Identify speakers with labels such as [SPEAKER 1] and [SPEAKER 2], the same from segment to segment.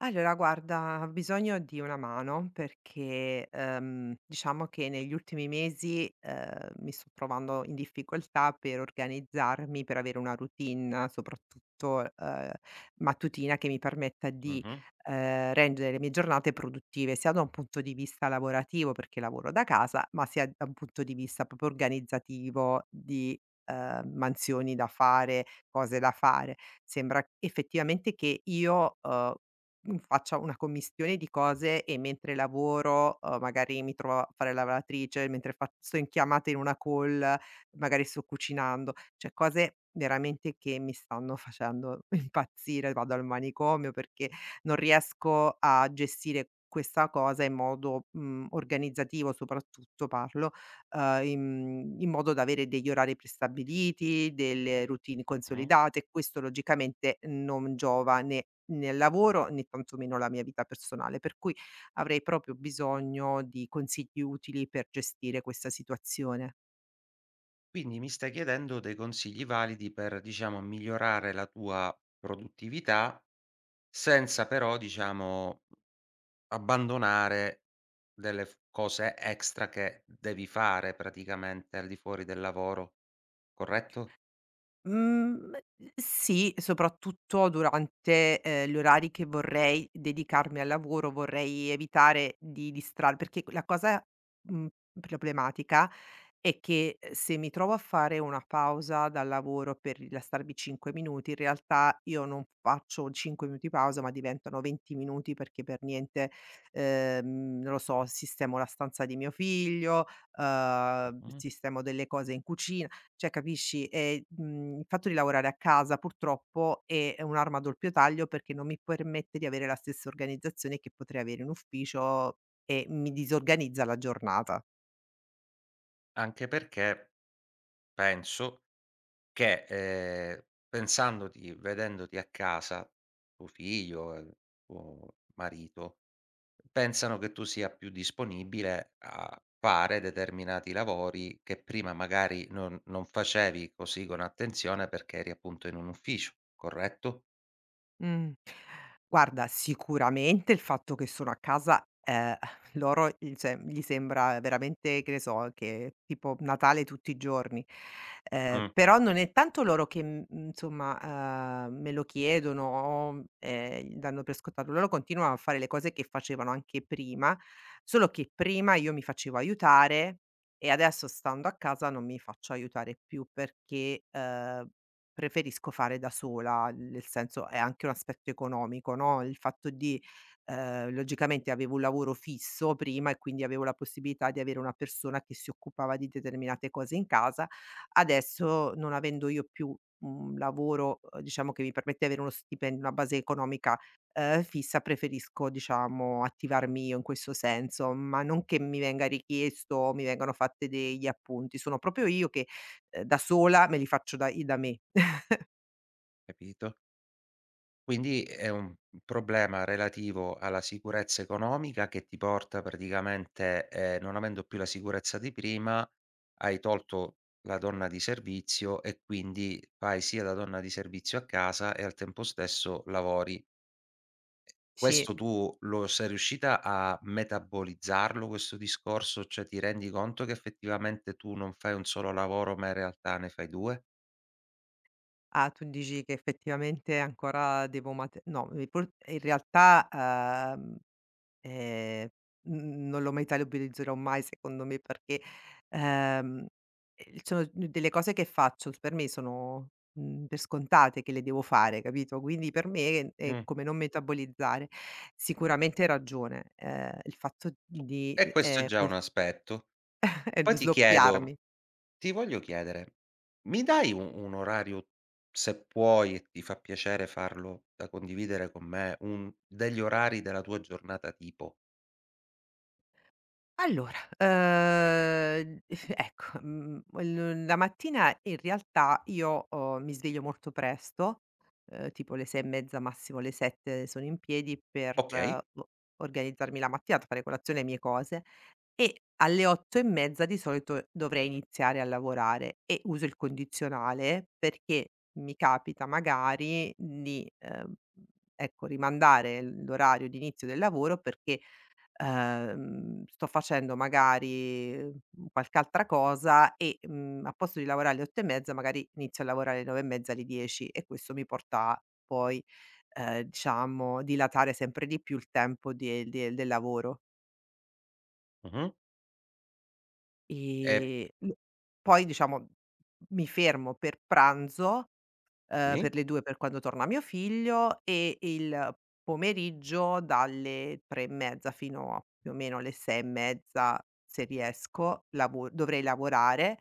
[SPEAKER 1] Allora guarda, ha bisogno di una mano perché, diciamo che negli ultimi mesi, mi sto trovando in difficoltà per organizzarmi, per avere una routine soprattutto, mattutina che mi permetta di,
[SPEAKER 2] Mh-mh,
[SPEAKER 1] rendere le mie giornate produttive, sia da un punto di vista lavorativo, perché lavoro da casa, ma sia da un punto di vista proprio organizzativo di, mansioni da fare, cose da fare sembra effettivamente che io, faccia una commistione di cose e mentre lavoro, magari mi trovo a fare la lavatrice, mentre fac sto in chiamata in una call, magari sto cucinando, cioè cose veramente che mi stanno facendo impazzire. Vado al manicomio perché non riesco a gestire questa cosa in modo, organizzativo, soprattutto parlo in modo da avere degli orari prestabiliti, delle routine
[SPEAKER 2] mh-mh.
[SPEAKER 1] consolidate. Questo logicamente non giova né nel lavoro né tantomeno alla mia vita personale, per cui avrei proprio bisogno di consigli utili per gestire questa situazione.
[SPEAKER 2] Quindi mi stai chiedendo dei consigli validi per, diciamo, migliorare la tua produttività, senza però, diciamo, abbandonare delle f cose extra che devi fare praticamente al di fuori del lavoro, corretto?
[SPEAKER 1] Mhmm, mhmm, sì, soprattutto durante, gli orari che vorrei dedicarmi al lavoro, vorrei evitare di distrar perché la cosa, mhmm, problematica è che, se mi trovo a fare una pausa dal lavoro per rilassarmi 5 minuti, in realtà io non faccio 5 minuti di pausa, ma diventano 20 minuti perché per niente, non lo so, sistemo la stanza di mio figlio,
[SPEAKER 2] Mh-mh.
[SPEAKER 1] sistemo delle cose in cucina cioè capisci? Mhmm, il fatto di lavorare a casa purtroppo è un'arma a doppio taglio perché non mi permette di avere la stessa organizzazione che potrei avere in ufficio e mi disorganizza la giornata.
[SPEAKER 2] Anche perché penso che, pensandoti vedendoti a casa, tuo figlio, tuo marito pensano che tu sia più disponibile a fare determinati lavori che prima magari non facevi così con attenzione perché eri appunto in un ufficio, corretto?
[SPEAKER 1] Mh. Guarda, sicuramente il fatto che sono a casa, loro gli cioè, gli sembra veramente, che ne so, che tipo Natale tutti i giorni.
[SPEAKER 2] Mh,
[SPEAKER 1] Però non è tanto loro che, insomma, me lo chiedono o, danno per scontato. Loro continuano a fare le cose che facevano anche prima, solo che prima io mi facevo aiutare e adesso stando a casa non mi faccio aiutare più perché, preferisco fare da sola, nel senso è anche un aspetto economico, no, il fatto di logicamente avevo un lavoro fisso prima e quindi avevo la possibilità di avere una persona che si occupava di determinate cose in casa. Adesso non avendo io più un lavoro, diciamo che mi permette di avere uno stipendio, una base economica, fissa, preferisco diciamo attivarmi io in questo senso, ma non che mi venga richiesto o mi vengano fatte degli appunti, sono proprio io che, da sola me li faccio da me.
[SPEAKER 2] capito. Quindi è un problema relativo alla sicurezza economica che ti porta praticamente, non avendo più la sicurezza di prima, hai tolto la donna di servizio e quindi fai sia da donna di servizio a casa e al tempo stesso lavori.
[SPEAKER 1] Sì.
[SPEAKER 2] Questo tu lo sei riuscita a metabolizzarlo questo discorso? Cioè, ti rendi conto che effettivamente tu non fai un solo lavoro, ma in realtà ne fai 2?
[SPEAKER 1] Ah, tu dici che effettivamente ancora devo mate no, mi por in realtà, eh, n non lo metabolizzerò mai secondo me perché, ehm, sono delle cose che faccio s per me sono, per scontate che le devo fare, capito, quindi per me è
[SPEAKER 2] Mh.
[SPEAKER 1] come non metabolizzare. Sicuramente hai ragione, il fatto di,
[SPEAKER 2] E questo è già
[SPEAKER 1] qua
[SPEAKER 2] un aspetto.
[SPEAKER 1] d
[SPEAKER 2] Poi ti
[SPEAKER 1] sdoppiarmi.
[SPEAKER 2] chiedo Ti voglio chiedere, mi dai u un orario, se puoi e ti fa piacere farlo, da condividere con me, un degli orari della tua giornata tipo?
[SPEAKER 1] Allora, ecco, l la mattina in realtà io, mi sveglio molto presto, tipo le 6 e mezza, massimo le 7 sono in piedi per
[SPEAKER 2] Okay.
[SPEAKER 1] o organizzarmi la mattinata, fare colazione, e le mie cose e alle 8 e mezza di solito dovrei iniziare a lavorare e uso il condizionale perché mi capita magari di, ecco, rimandare l'orario di inizio del lavoro perché sto facendo magari, qualche altra cosa e, a posto di lavorare alle 8 e mezza magari inizio a lavorare alle 9 e mezza, alle 10 e questo mi porta a poi, diciamo dilatare sempre di più il tempo de de del lavoro.
[SPEAKER 2] Mh-mh. E
[SPEAKER 1] L poi diciamo mi fermo per pranzo
[SPEAKER 2] sì.
[SPEAKER 1] per le 2 per quando torna mio figlio e il pomeriggio dalle 3 e mezza fino a più o meno alle 6 e mezza, se riesco, lavo dovrei lavorare,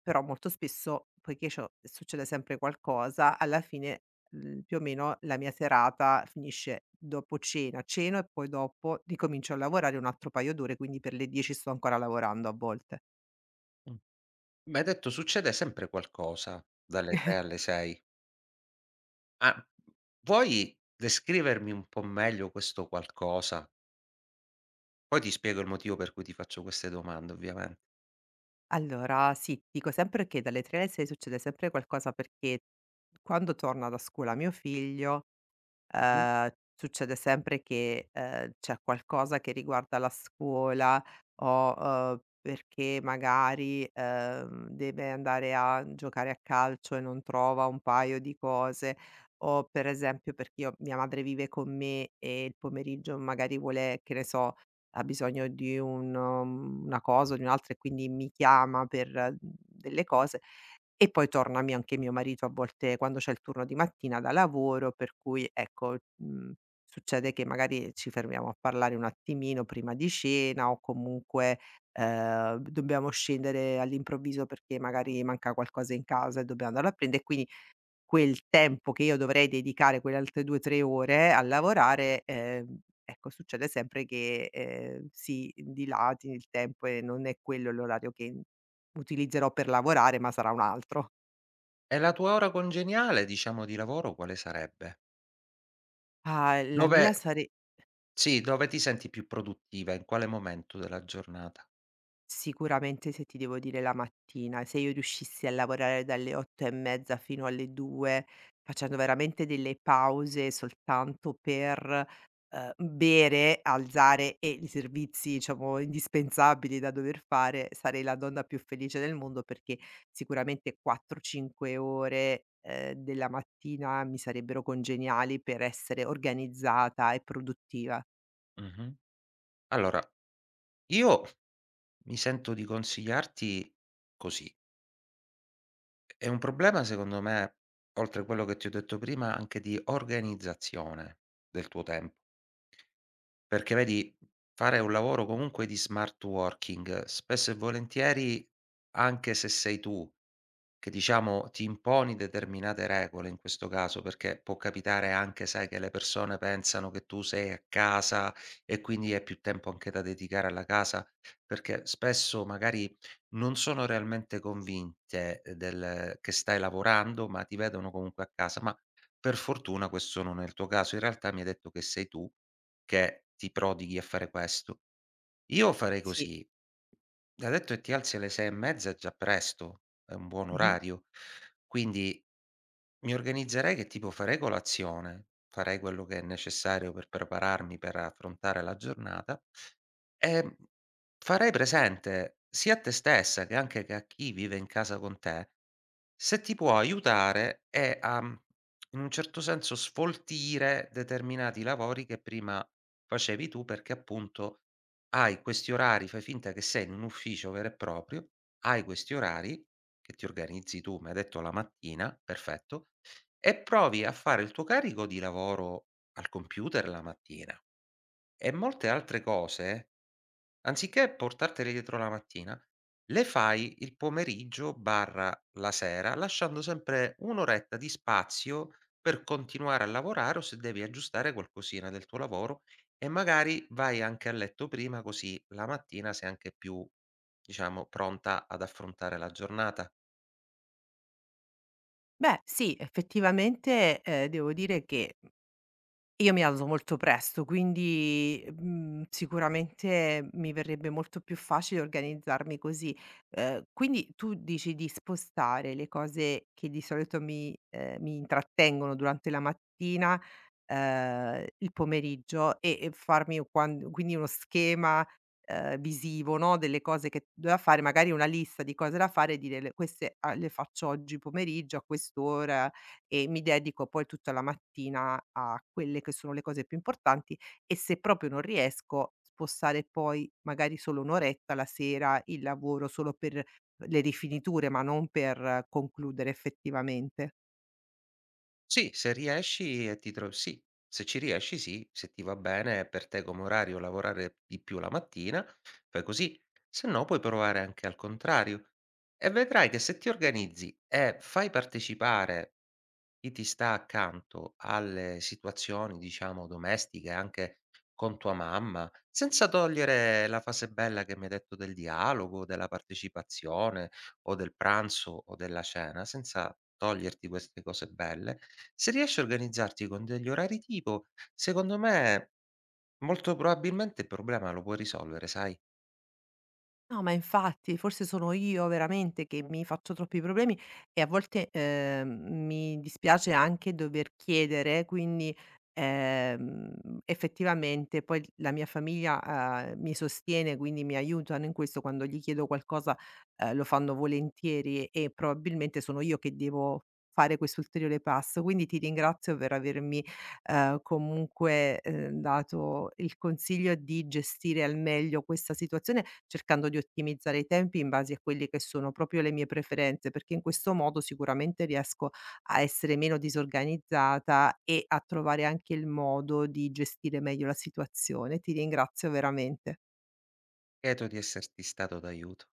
[SPEAKER 1] però molto spesso, poiché c'ho succede sempre qualcosa, alla fine, più o meno la mia serata finisce dopo cena, ceno e poi dopo ricomincio a lavorare un altro paio d'ore, quindi per le 10 sto ancora lavorando a volte.
[SPEAKER 2] Mh. Mi hai detto succede sempre qualcosa dalle 3 alle 6. Ah, vuoi descrivermi un po' meglio questo qualcosa? Poi ti spiego il motivo per cui ti faccio queste domande, ovviamente.
[SPEAKER 1] Allora sì, ti dico sempre che dalle 3 alle 6 succede sempre qualcosa perché quando torna da scuola mio figlio,
[SPEAKER 2] Mh-mh.
[SPEAKER 1] ehm, succede sempre che, c'è qualcosa che riguarda la scuola o, perché magari, deve andare a giocare a calcio e non trova un paio di cose o per esempio perché io mia madre vive con me e il pomeriggio magari vuole che ne so, ha bisogno di una cosa o di un'altra e quindi mi chiama per, delle cose. E poi torna mi anche mio marito a volte quando c'è il turno di mattina da lavoro, per cui ecco, succede che magari ci fermiamo a parlare un attimino prima di cena o comunque, dobbiamo scendere all'improvviso perché magari manca qualcosa in casa e dobbiamo andarlo a prendere, e quindi quel tempo che io dovrei dedicare, quelle altre 2, 3 ore a lavorare, ecco succede sempre che, si dilati il tempo e non è quello l'orario che utilizerò per lavorare, ma sarà un altro.
[SPEAKER 2] E la tua ora congeniale, diciamo, di lavoro quale sarebbe?
[SPEAKER 1] Ah, la mia
[SPEAKER 2] Dove
[SPEAKER 1] sare
[SPEAKER 2] Sì, dove ti senti più produttiva, in quale momento della giornata?
[SPEAKER 1] sicuramente se ti devo dire la mattina, se io riuscissi a lavorare dalle 8 e mezza fino alle 2, facendo veramente delle pause soltanto per, bere, alzare e i servizi, diciamo, indispensabili da dover fare, sarei la donna più felice del mondo perché sicuramente 4, 5 ore, della mattina mi sarebbero congeniali per essere organizzata e produttiva.
[SPEAKER 2] Mh-mh. Allora, io mi sento di consigliarti così. È un problema secondo me, oltre quello che ti ho detto prima, anche di organizzazione del tuo tempo. Perché vedi, fare un lavoro comunque di smart working, spesso e volentieri, anche se sei tu che diciamo ti imponi determinate regole in questo caso, perché può capitare anche, sai, che le persone pensano che tu sei a casa e quindi hai più tempo anche da dedicare alla casa, perché spesso magari non sono realmente convinte del che stai lavorando, ma ti vedono comunque a casa. Ma per fortuna questo non è il tuo caso. In realtà mi hai detto che sei tu che ti prodighi a fare questo. Io farei
[SPEAKER 1] Sì.
[SPEAKER 2] così, da detto che ti alzi alle 6 e mezza è già presto, è un buon
[SPEAKER 1] Mh-mh.
[SPEAKER 2] orario. Quindi mi organizzerei che tipo farei colazione, farei quello che è necessario per prepararmi per affrontare la giornata e farei presente sia a te stessa che anche che a chi vive in casa con te, se ti può aiutare e a, in un certo senso sfoltire determinati lavori che prima facevi tu perché appunto hai questi orari, fai finta che sei in un ufficio vero e proprio, hai questi orari, che ti organizzi tu, mi hai detto la mattina, perfetto, e provi a fare il tuo carico di lavoro al computer la mattina. E molte altre cose, anziché portartele dietro la mattina, le fai il pomeriggio/la sera, lasciando sempre 1 oretta di spazio per continuare a lavorare o se devi aggiustare qualcosina del tuo lavoro e magari vai anche a letto prima, così la mattina sei anche più, diciamo, pronta ad affrontare la giornata.
[SPEAKER 1] Beh, sì, effettivamente, devo dire che io mi alzo molto presto, quindi, sicuramente mi verrebbe molto più facile organizzarmi così. Quindi tu dici di spostare le cose che di solito mi intrattengono durante la mattina, il pomeriggio e farmi quan quindi uno schema, visivo, no, delle cose che da fare, magari una lista di cose da fare e dire: "Le faccio oggi pomeriggio a quest'ora." e mi dedico poi tutta la mattina a quelle che sono le cose più importanti e se proprio non riesco, spostare poi magari solo un'oretta la sera il lavoro solo per le rifiniture, ma non per concludere effettivamente.
[SPEAKER 2] Sì, se riesci e ti tro sì, se ci riesci sì, se ti va bene per te come orario lavorare di più la mattina, fai così, se no puoi provare anche al contrario e vedrai che se ti organizzi e fai partecipare chi ti sta accanto alle situazioni, diciamo, domestiche, anche con tua mamma, senza togliere la fase bella che mi hai detto del dialogo, della partecipazione o del pranzo o della cena, senza toglierti queste cose belle, se riesci a organizzarti con degli orari tipo, secondo me molto probabilmente il problema lo puoi risolvere, sai?
[SPEAKER 1] No, ma infatti, forse sono io veramente che mi faccio troppi problemi e a volte, mi dispiace anche dover chiedere, quindi, ehm, effettivamente poi la mia famiglia, mi sostiene, quindi mi aiutano in questo, quando gli chiedo qualcosa, lo fanno volentieri e probabilmente sono io che devo fare quest'ulteriore passo. Quindi ti ringrazio per avermi comunque dato il consiglio di gestire al meglio questa situazione cercando di ottimizzare i tempi in base a quelle che sono proprio le mie preferenze, perché in questo modo sicuramente riesco a essere meno disorganizzata e a trovare anche il modo di gestire meglio la situazione. Ti ringrazio veramente.
[SPEAKER 2] Lieto di esserti stato d'aiuto.